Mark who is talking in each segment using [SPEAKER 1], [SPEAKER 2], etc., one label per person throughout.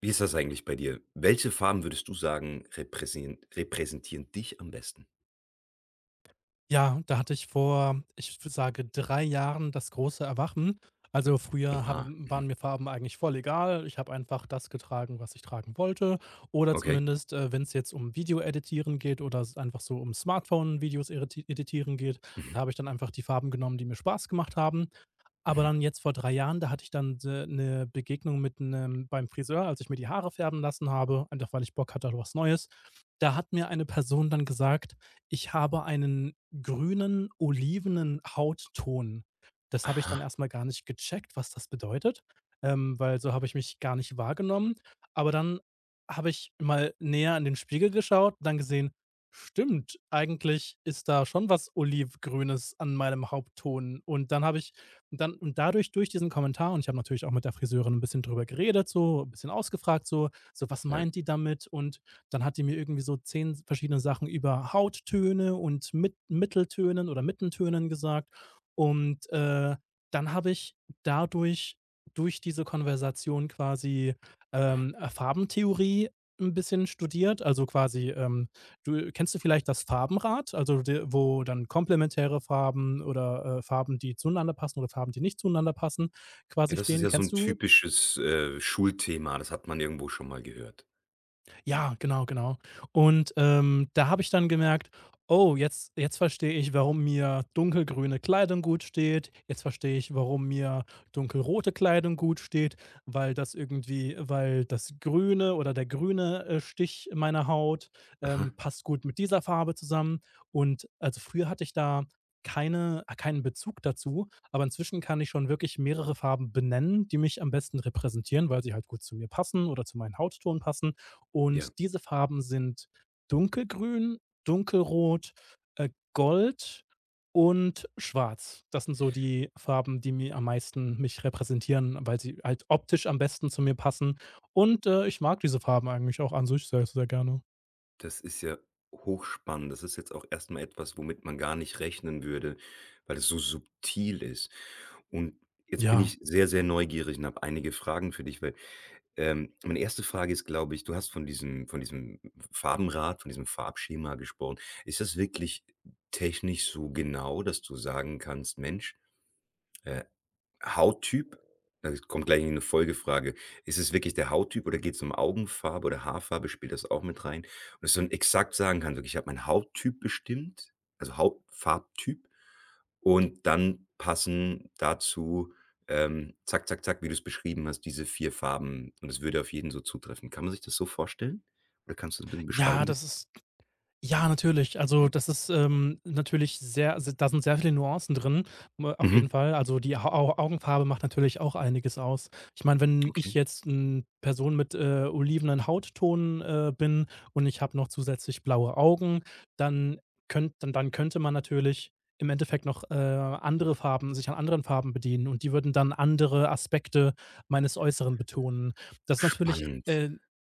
[SPEAKER 1] Wie ist das eigentlich bei dir? Welche Farben würdest du sagen, repräsentieren dich am besten?
[SPEAKER 2] Ja, da hatte ich vor, ich w sage, 3 Jahren das große Erwachen. Also, früher
[SPEAKER 1] Oha,
[SPEAKER 2] haben waren mir Farben eigentlich voll egal. Ich habe einfach das getragen, was ich tragen wollte, oder
[SPEAKER 1] okay.
[SPEAKER 2] zumindest, wenn es jetzt um Video-Editieren geht oder s einfach so um Smartphone-Videos editieren geht, da habe ich dann einfach die Farben genommen, die mir Spaß gemacht haben. Aber
[SPEAKER 1] Mhm.
[SPEAKER 2] dann jetzt vor 3 Jahren, da hatte ich dann eine Begegnung mit einem beim Friseur, als ich mir die Haare färben lassen habe, einfach weil ich Bock hatte auf was Neues. Da hat mir eine Person dann gesagt, ich habe einen grünen, olivenen Hautton. Das habe ich dann
[SPEAKER 1] Aha,
[SPEAKER 2] erstmal gar nicht gecheckt, was das bedeutet, weil so habe ich mich gar nicht wahrgenommen. Aber dann habe ich mal näher in den Spiegel geschaut und dann gesehen, stimmt, eigentlich ist da schon was Olivgrünes an meinem Hautton. Und dann habe ich und dann und dadurch durch diesen Kommentar, ich habe natürlich auch mit der Friseurin ein bisschen drüber geredet, so, ein bisschen ausgefragt, so: „Was
[SPEAKER 1] ja.
[SPEAKER 2] meint die damit?" Und dann hat die mir irgendwie so 10 verschiedene Sachen über Hauttöne und Mitteltönen oder Mittentönen gesagt. Und dann habe ich dadurch durch diese Konversation quasi Farbentheorie ein bisschen studiert, also quasi, Du kennst du vielleicht das Farbenrad, also de wo dann komplementäre Farben oder, Farben, die zueinander passen, oder Farben, die nicht zueinander passen, quasi
[SPEAKER 1] Ja, das ist
[SPEAKER 2] stehen.
[SPEAKER 1] ja so
[SPEAKER 2] Kennst
[SPEAKER 1] ein
[SPEAKER 2] du?
[SPEAKER 1] typisches, Schulthema, das hat man irgendwo schon mal gehört.
[SPEAKER 2] Ja, genau, genau. Und da habe ich dann gemerkt: „Oh, jetzt verstehe ich, warum mir dunkelgrüne Kleidung gut steht. Jetzt verstehe ich, warum mir dunkelrote Kleidung gut steht, weil das Grüne oder der grüne, Stich meiner Haut,
[SPEAKER 1] Aha,
[SPEAKER 2] passt gut mit dieser Farbe zusammen." Und also, früher hatte ich da keinen Bezug dazu, aber inzwischen kann ich schon wirklich mehrere Farben benennen, die mich am besten repräsentieren, weil sie halt gut zu mir passen oder zu meinem Hautton passen.
[SPEAKER 1] ja,
[SPEAKER 2] Und diese Farben sind dunkelgrün, dunkelrot, gold und schwarz. Das sind so die Farben, die mir am meisten mich repräsentieren, weil sie halt optisch am besten zu mir passen, und, ich mag diese Farben eigentlich auch an sich sehr, sehr gerne.
[SPEAKER 1] das ist ja hochspannend. Das ist jetzt auch erstmal etwas, womit man gar nicht rechnen würde, weil es so subtil ist. Und jetzt bin
[SPEAKER 2] Ja.
[SPEAKER 1] ich sehr, sehr neugierig und habe einige Fragen für dich, weil meine erste Frage ist, glaube ich, du hast von diesem Farbenrad, von diesem Farbschema gesprochen. Ist das wirklich technisch so genau, dass du sagen kannst: „Mensch, äh, Hauttyp? Also, es kommt gleich eine Folgefrage. Ist es wirklich der Hauttyp oder geht es um Augenfarbe oder Haarfarbe? Spielt das auch mit rein? Und dass du dann exakt sagen kannst: „Okay, ich habe meinen Hauttyp bestimmt, also Hautfarbtyp und dann passen dazu, zack, zack, zack, wie du es beschrieben hast, diese 4 Farben.“ Und es würde auf jeden so zutreffen. Kann man sich das so vorstellen? Oder kannst du es ein bisschen
[SPEAKER 2] Ja,
[SPEAKER 1] beschreiben bitte?
[SPEAKER 2] das ist Ja, natürlich. Also, das ist natürlich sehr se da sind sehr viele Nuancen drin, m auf
[SPEAKER 1] Mhm,
[SPEAKER 2] jeden Fall. Also, die Au Au Augenfarbe macht natürlich auch einiges aus. Ich meine, wenn ich
[SPEAKER 1] okay.
[SPEAKER 2] jetzt eine Person mit, olivenen Hautton, bin und ich habe noch zusätzlich blaue Augen, dann könnte man natürlich im Endeffekt noch, andere Farben sich an anderen Farben bedienen, und die würden dann andere Aspekte meines Äußeren betonen. Das ist natürlich
[SPEAKER 1] Spannend.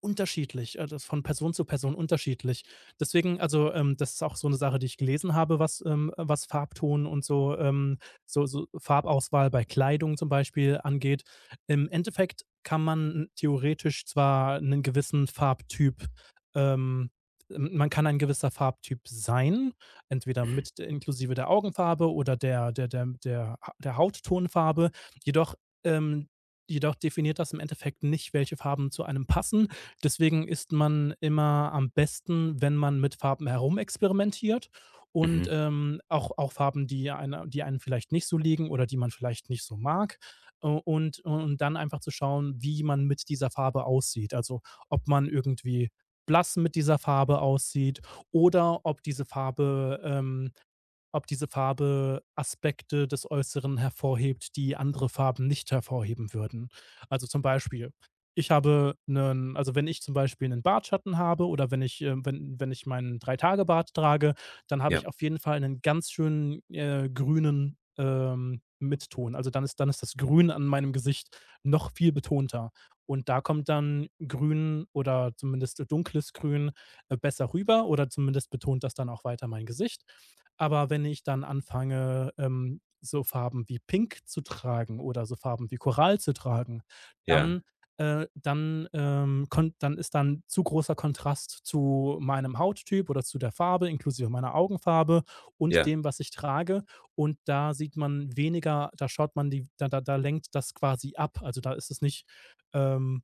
[SPEAKER 2] unterschiedlich. Das ist von Person zu Person unterschiedlich. Deswegen, also, das ist auch so eine Sache, die ich gelesen habe, was Farbton und so, so Farbauswahl bei Kleidung zum Beispiel angeht. Im Endeffekt kann man theoretisch zwar einen gewissen Farbtyp, ähm man kann ein gewisser Farbtyp sein, entweder
[SPEAKER 1] Mhm,
[SPEAKER 2] inklusive der Augenfarbe oder der Hauttonfarbe. Jedoch ähm, jedoch definiert das im Endeffekt nicht, welche Farben zu einem passen. Deswegen ist man immer am besten, wenn man mit Farben herumexperimentiert und,
[SPEAKER 1] mhm.
[SPEAKER 2] auch Farben, die einem vielleicht nicht so liegen oder die man vielleicht nicht so mag, und dann einfach zu schauen, wie man mit dieser Farbe aussieht. Also, ob man irgendwie blass mit dieser Farbe aussieht oder ob diese Farbe Aspekte des Äußeren hervorhebt, die andere Farben nicht hervorheben würden. Also, zum Beispiel, ich habe einen also, wenn ich zum Beispiel einen Bartschatten habe oder wenn ich meinen Drei-Tage-Bart trage, dann habe ich
[SPEAKER 1] Ja,
[SPEAKER 2] auf jeden Fall einen ganz schönen, grünen, Mitton. Also, dann ist das Grün an meinem Gesicht noch viel betonter. Und da kommt dann Grün oder zumindest dunkles Grün besser rüber, oder zumindest betont das dann auch weiter mein Gesicht. Aber wenn ich dann anfange, so Farben wie Pink zu tragen oder so Farben wie Coral zu tragen,
[SPEAKER 1] ja,
[SPEAKER 2] dann dann, kon dann ist dann zu großer Kontrast zu meinem Hauttyp oder zu der Farbe inklusive meiner Augenfarbe und
[SPEAKER 1] ja.
[SPEAKER 2] dem, was ich trage. Und da sieht man weniger, da schaut man die, da lenkt das quasi ab. Also, da ist es nicht, ähm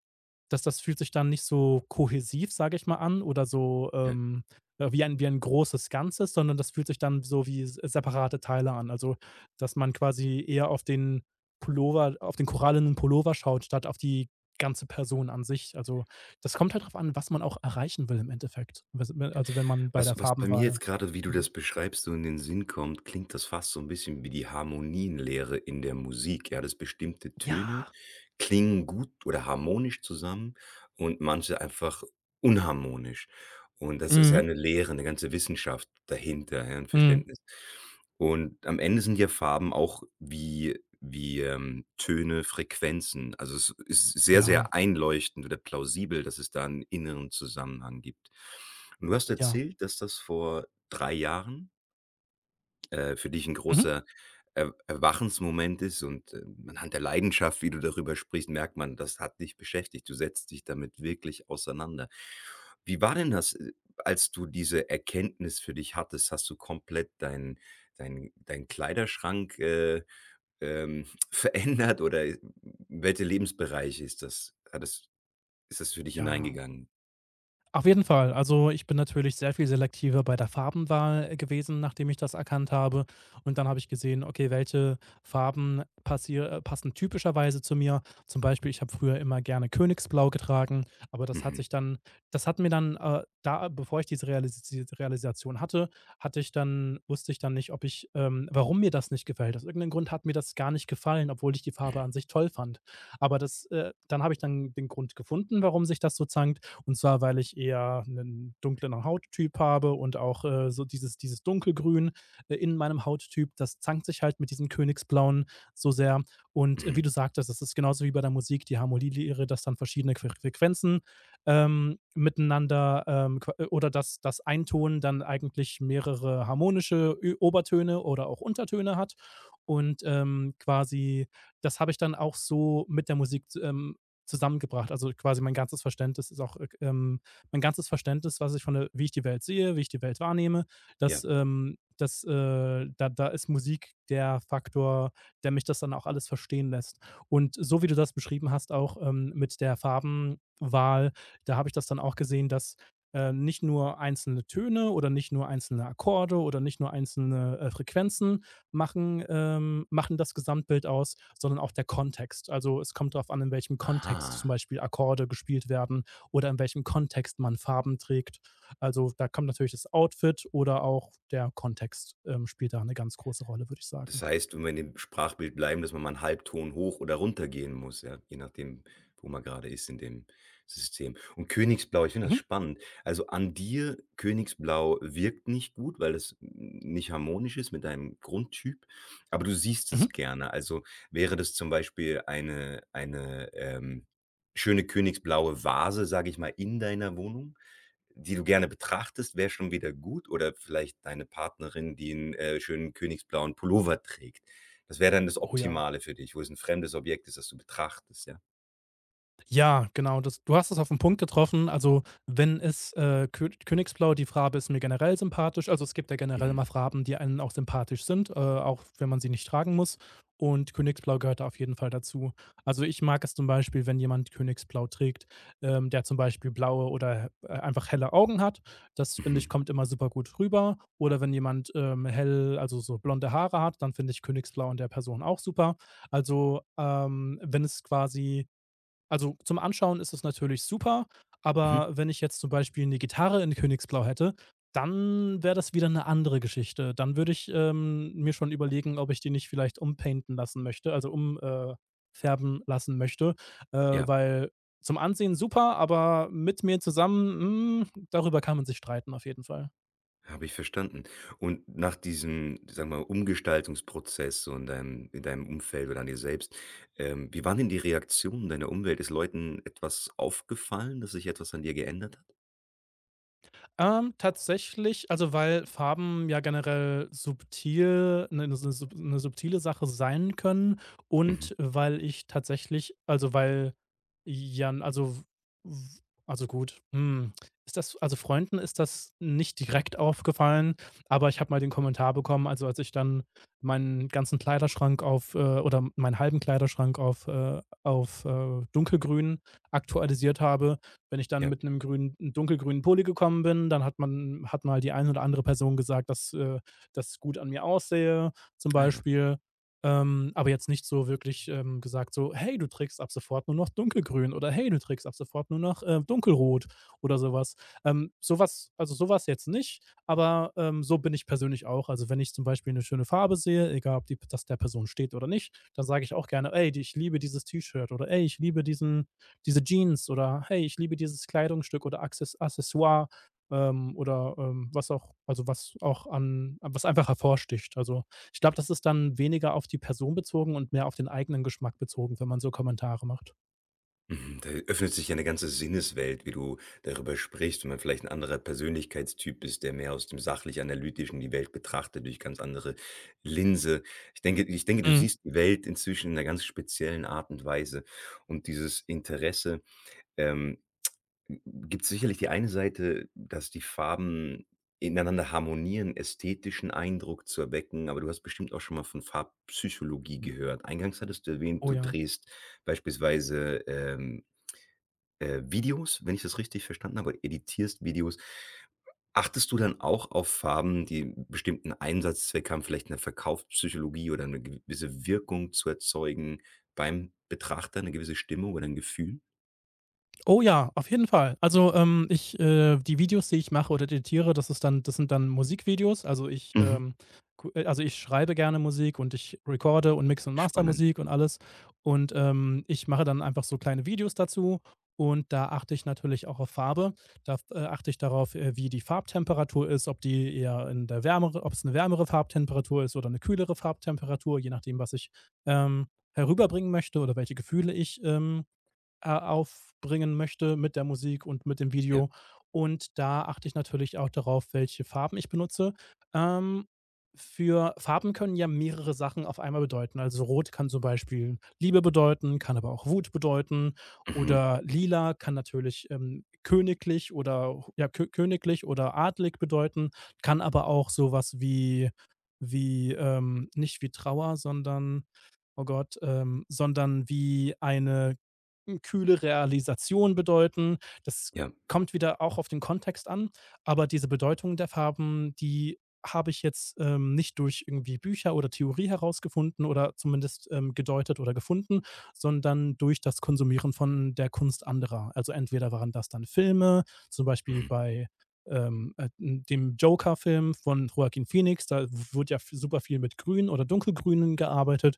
[SPEAKER 2] das fühlt sich dann nicht so kohäsiv, sage ich mal an, oder so, wie ein großes Ganzes, sondern das fühlt sich dann so wie s separate Teile an. Also, dass man quasi eher auf den korallenen Pullover schaut, statt auf die ganze Person an sich. Also, das kommt halt drauf an, was man auch erreichen will im Endeffekt. Was, also, wenn man bei
[SPEAKER 1] Was
[SPEAKER 2] der
[SPEAKER 1] was bei mir
[SPEAKER 2] Farbenwahl.
[SPEAKER 1] jetzt gerade, wie du das beschreibst, so in den Sinn kommt, klingt das fast so ein bisschen wie die Harmonienlehre in der Musik, ja, dass bestimmte
[SPEAKER 2] Ja.
[SPEAKER 1] Töne klingen gut oder harmonisch zusammen und manche einfach unharmonisch. Und das ist ja
[SPEAKER 2] Mhm.
[SPEAKER 1] eine Lehre, eine ganze Wissenschaft dahinter, ja, 'n
[SPEAKER 2] Mhm.
[SPEAKER 1] Verständnis. Und am Ende sind ja Farben auch wie, Töne, Frequenzen. Also, es ist sehr,
[SPEAKER 2] Ja,
[SPEAKER 1] sehr einleuchtend oder plausibel, dass es da einen inneren Zusammenhang gibt. Und du hast
[SPEAKER 2] ja.
[SPEAKER 1] erzählt, dass das vor 3 Jahren, für dich ein
[SPEAKER 2] Mhm.
[SPEAKER 1] großer Er Erwachensmoment ist und, anhand der Leidenschaft, wie du darüber sprichst, merkt man, das hat dich beschäftigt. Du setzt dich damit wirklich auseinander. Wie war denn das, als du diese Erkenntnis für dich hattest? Hast du komplett deinen Kleiderschrank, ähm, verändert oder in welche Lebensbereiche ist das hat das ist das für dich
[SPEAKER 2] Ja.
[SPEAKER 1] hineingegangen?
[SPEAKER 2] Auf jeden Fall. Also, ich bin natürlich sehr viel selektiver bei der Farbenwahl gewesen, nachdem ich das erkannt habe. Und dann habe ich gesehen, okay, welche Farben passier passen typischerweise zu mir. Zum Beispiel, ich habe früher immer gerne Königsblau getragen, aber
[SPEAKER 1] Mhm,
[SPEAKER 2] das hat mir dann da bevor ich diese Realisi Realisation hatte, hatte ich dann wusste ich dann nicht, ob ich warum mir das nicht gefällt. Aus irgendeinem Grund hat mir das gar nicht gefallen, obwohl ich die Farbe an sich toll fand. Aber das dann habe ich dann den Grund gefunden, warum sich das so zankt, und zwar, weil ich eher einen dunkleren Hauttyp habe und auch, so dieses Dunkelgrün, in meinem Hauttyp, das zankt sich halt mit diesem Königsblauen so sehr. Und
[SPEAKER 1] mhm,
[SPEAKER 2] wie du sagtest, das ist genauso wie bei der Musik, die Harmonielehre, dass dann verschiedene Frequenzen, miteinander, qua oder dass das ein dann eigentlich mehrere harmonische Ü Obertöne oder auch Untertöne hat. Und, quasi das habe ich dann auch so mit der Musik zusammengebracht. Also quasi mein ganzes Verständnis, was ich von der, wie ich die Welt sehe, wie ich die Welt wahrnehme.
[SPEAKER 1] ja.
[SPEAKER 2] Da ist Musik der Faktor, der mich das dann auch alles verstehen lässt. Und so wie du das beschrieben hast, auch mit der Farbenwahl, da habe ich das dann auch gesehen, dass nicht nur einzelne Töne oder nicht nur einzelne Akkorde oder nicht nur einzelne Frequenzen, machen das Gesamtbild aus, sondern auch der Kontext. Also, es kommt darauf an, in welchem Kontext zum
[SPEAKER 1] Aha.
[SPEAKER 2] Beispiel Akkorde gespielt werden oder in welchem Kontext man Farben trägt. Also, da kommt natürlich das Outfit, oder auch der Kontext, spielt da eine ganz große Rolle, würde ich sagen.
[SPEAKER 1] Das heißt, wenn wir in dem Sprachbild bleiben, dass man mal 'n Halbton hoch oder runter gehen muss, ja, je nachdem, wo man gerade ist in dem System. Und Königsblau, ich finde das
[SPEAKER 2] Mhm,
[SPEAKER 1] spannend. Also, an dir, Königsblau wirkt nicht gut, weil es nicht harmonisch ist mit deinem Grundtyp, aber du siehst es
[SPEAKER 2] mhm.
[SPEAKER 1] gerne. Also, wäre das zum Beispiel eine, schöne königsblaue Vase, sage ich mal, in deiner Wohnung? Die du gerne betrachtest, wäre schon wieder gut oder vielleicht deine Partnerin, die einen schönen königsblauen Pullover trägt. Das wäre dann das
[SPEAKER 2] Oh ja.
[SPEAKER 1] Optimale für dich, wo es ein fremdes Objekt ist, das du betrachtest, ja?
[SPEAKER 2] Ja, genau. Das du hast es auf den Punkt getroffen. Also, wenn es, Kö Königsblau, die Farbe ist mir generell sympathisch. Also, es gibt ja generell
[SPEAKER 1] Mhm,
[SPEAKER 2] immer Farben, die einem auch sympathisch sind, auch wenn man sie nicht tragen muss. Und Königsblau gehört da auf jeden Fall dazu. Also, ich mag es zum Beispiel, wenn jemand Königsblau trägt, der zum Beispiel blaue oder, einfach helle Augen hat. Das, finde
[SPEAKER 1] mhm,
[SPEAKER 2] ich, kommt immer super gut rüber. Oder wenn jemand, hell also, so blonde Haare hat, dann finde ich Königsblau an der Person auch super. Also, wenn es quasi also zum Anschauen ist es natürlich super,
[SPEAKER 1] mhm.
[SPEAKER 2] aber wenn ich jetzt zum Beispiel eine Gitarre in Königsblau hätte, dann wäre das wieder eine andere Geschichte. Dann würde ich, mir schon überlegen, ob ich die nicht vielleicht umpainten lassen möchte, also umfärben färben lassen möchte,
[SPEAKER 1] Ja,
[SPEAKER 2] weil zum Ansehen super, aber mit mir zusammen, darüber kann man sich streiten auf jeden Fall.
[SPEAKER 1] habe ich verstanden. Und nach diesem, sagen wir mal, Umgestaltungsprozess so in deinem Umfeld oder an dir selbst, wie waren denn die Reaktionen deiner Umwelt? Ist Leuten etwas aufgefallen, dass sich etwas an dir geändert hat?
[SPEAKER 2] Tatsächlich, also, weil Farben ja generell subtil eine 'ne subtile Sache sein können
[SPEAKER 1] Mhm,
[SPEAKER 2] und weil ich tatsächlich, also, weil ja, also, w also, gut, ist das, also, Freunden ist das nicht direkt aufgefallen, aber ich habe mal den Kommentar bekommen, also, als ich dann meinen ganzen Kleiderschrank auf, oder meinen halben Kleiderschrank auf, dunkelgrün aktualisiert habe, wenn ich dann
[SPEAKER 1] ja.
[SPEAKER 2] mit einem grünen dunkelgrünen Pulli gekommen bin, dann hat mal die eine oder andere Person gesagt, dass gut an mir aussehe zum
[SPEAKER 1] Ah ja.
[SPEAKER 2] Beispiel, aber jetzt nicht so wirklich, gesagt so: „Hey, du trägst ab sofort nur noch dunkelgrün" oder „Hey, du trägst ab sofort nur noch, dunkelrot" oder sowas. Was. Ähm, so also, sowas jetzt nicht, aber, so bin ich persönlich auch. Also, wenn ich zum Beispiel eine schöne Farbe sehe, egal ob die das der Person steht oder nicht, dann sage ich auch gerne: „Ey, die ich liebe dieses T-Shirt" oder: „Ey, ich liebe diese Jeans oder hey, ich liebe dieses Kleidungsstück oder Accessoire, oder, was auch, also, was auch an, was einfach hervorsticht. Also, ich glaube, das ist dann weniger auf die Person bezogen und mehr auf den eigenen Geschmack bezogen, wenn man so Kommentare macht.
[SPEAKER 1] Mhm, da öffnet sich ja eine ganze Sinneswelt, wie du darüber sprichst, wenn man vielleicht ein anderer Persönlichkeitstyp ist, der mehr aus dem sachlich-analytischen die Welt betrachtet durch ganz andere Linse. Ich denke, du
[SPEAKER 2] Mhm.
[SPEAKER 1] siehst die Welt inzwischen in einer ganz speziellen Art und Weise. Und dieses Interesse, ähm, gibt sicherlich die eine Seite, dass die Farben ineinander harmonieren, ästhetischen Eindruck zu erwecken, aber du hast bestimmt auch schon mal von Farbpsychologie gehört. Eingangs hattest du erwähnt,
[SPEAKER 2] Oh
[SPEAKER 1] du
[SPEAKER 2] ja.
[SPEAKER 1] drehst beispielsweise, Videos, wenn ich das richtig verstanden habe, editierst Videos. Achtest du dann auch auf Farben, die 'n bestimmten Einsatzzweck haben, vielleicht 'ne Verkaufspsychologie oder 'ne gewisse Wirkung zu erzeugen beim Betrachter, 'ne gewisse Stimmung oder 'n Gefühl?
[SPEAKER 2] Oh ja, auf jeden Fall. Also, ich die Videos, die ich mache oder editiere, das sind dann Musikvideos. Also, ich,
[SPEAKER 1] Mhm.
[SPEAKER 2] ku also, ich schreibe gerne Musik, und ich recorde und mixe und master
[SPEAKER 1] Spannend,
[SPEAKER 2] Musik und alles. Und, ich mache dann einfach so kleine Videos dazu, und da achte ich natürlich auch auf Farbe. Da achte ich darauf, wie die Farbtemperatur ist, ob die eher in der wärmere ob's 'ne wärmere Farbtemperatur ist oder eine kühlere Farbtemperatur, je nachdem, was ich, ähm, herüberbringen möchte oder welche Gefühle ich, aufbringen möchte mit der Musik und mit dem
[SPEAKER 1] ja.
[SPEAKER 2] Video. Und da achte ich natürlich auch darauf, welche Farben ich benutze. Ähm, für Farben können ja mehrere Sachen auf einmal bedeuten. Also rot kann zum Beispiel Liebe bedeuten, kann aber auch Wut bedeuten,
[SPEAKER 1] Mhm.
[SPEAKER 2] oder lila kann natürlich königlich, oder ja, kö königlich oder adlig bedeuten, kann aber auch sowas wie, nicht wie Trauer, sondern wie eine kühle Realisation bedeuten. Das
[SPEAKER 1] Ja.
[SPEAKER 2] kommt wieder auch auf den Kontext an, aber diese Bedeutung der Farben, die habe ich jetzt, nicht durch irgendwie Bücher oder Theorie herausgefunden oder zumindest, gedeutet oder gefunden, sondern durch das Konsumieren von der Kunst anderer. Also, entweder waren das dann Filme, zum Beispiel
[SPEAKER 1] Mhm.
[SPEAKER 2] bei, ähm, äh, dem Joker-Film von Joaquin Phoenix, da w wurde ja v super viel mit Grün oder Dunkelgrünen gearbeitet,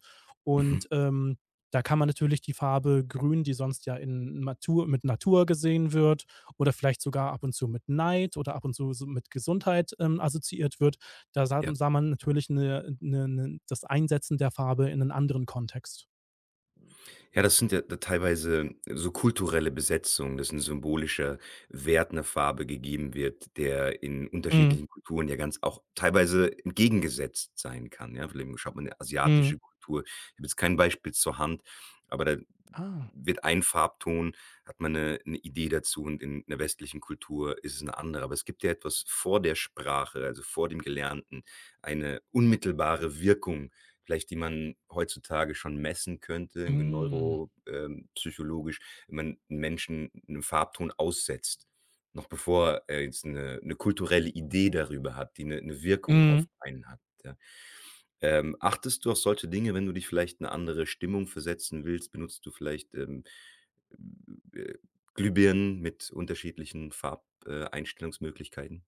[SPEAKER 1] Mhm.
[SPEAKER 2] und, da kann man natürlich die Farbe Grün, die sonst ja in Natur mit Natur gesehen wird oder vielleicht sogar ab und zu mit Neid oder ab und zu so mit Gesundheit, assoziiert wird, da sah
[SPEAKER 1] Ja.
[SPEAKER 2] sah man natürlich das Einsetzen der Farbe in einen anderen Kontext.
[SPEAKER 1] Ja, das sind ja da teilweise so kulturelle Besetzungen, dass 'n symbolischer Wert 'ner Farbe gegeben wird, der in
[SPEAKER 2] Mhm,
[SPEAKER 1] unterschiedlichen Kulturen ja ganz auch teilweise entgegengesetzt sein kann, ja? Vielleicht schaut man in
[SPEAKER 2] mhm.
[SPEAKER 1] asiatische Kultur ich habe jetzt kein Beispiel zur Hand, aber da
[SPEAKER 2] Ah,
[SPEAKER 1] wird ein Farbton hat man 'ne Idee dazu und in 'ner westlichen Kultur ist es 'ne andere. Aber es gibt ja etwas vor der Sprache, also vor dem Gelernten, eine unmittelbare Wirkung, vielleicht die man heutzutage schon messen könnte, irgendwie
[SPEAKER 2] mhm,
[SPEAKER 1] neuro psychologisch, wenn man 'n Menschen 'nem Farbton aussetzt, noch bevor er jetzt 'ne kulturelle Idee darüber hat, die 'ne Wirkung
[SPEAKER 2] mhm.
[SPEAKER 1] auf einen hat, ja. Achtest du auf solche Dinge, wenn du dich vielleicht in 'ne andere Stimmung versetzen willst? Benutzt du vielleicht, äh, Glühbirnen mit unterschiedlichen Farb Einstellungsmöglichkeiten?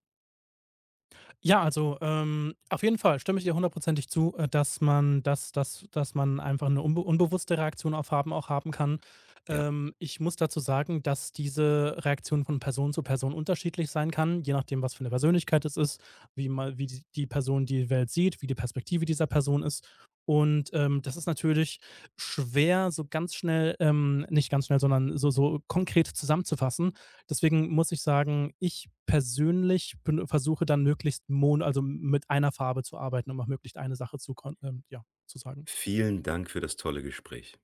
[SPEAKER 2] Ja, also, auf jeden Fall stimme ich dir hundertprozentig zu, dass man, dass dass dass man einfach eine unbewusste Reaktion auf Farben auch haben kann.
[SPEAKER 1] Ja.
[SPEAKER 2] Ich muss dazu sagen, dass diese Reaktion von Person zu Person unterschiedlich sein kann, je nachdem, was für eine Persönlichkeit es ist, wie die Person die Welt sieht, wie die Perspektive dieser Person ist. Und, das ist natürlich schwer so ganz schnell, nicht ganz schnell, sondern so konkret zusammenzufassen. Deswegen muss ich sagen, ich persönlich bin versuche dann möglichst mon also, mit einer Farbe zu arbeiten, um auch möglichst eine Sache zu kon ja, zu sagen.
[SPEAKER 1] Vielen Dank für das tolle Gespräch.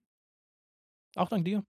[SPEAKER 2] Auch dank dir.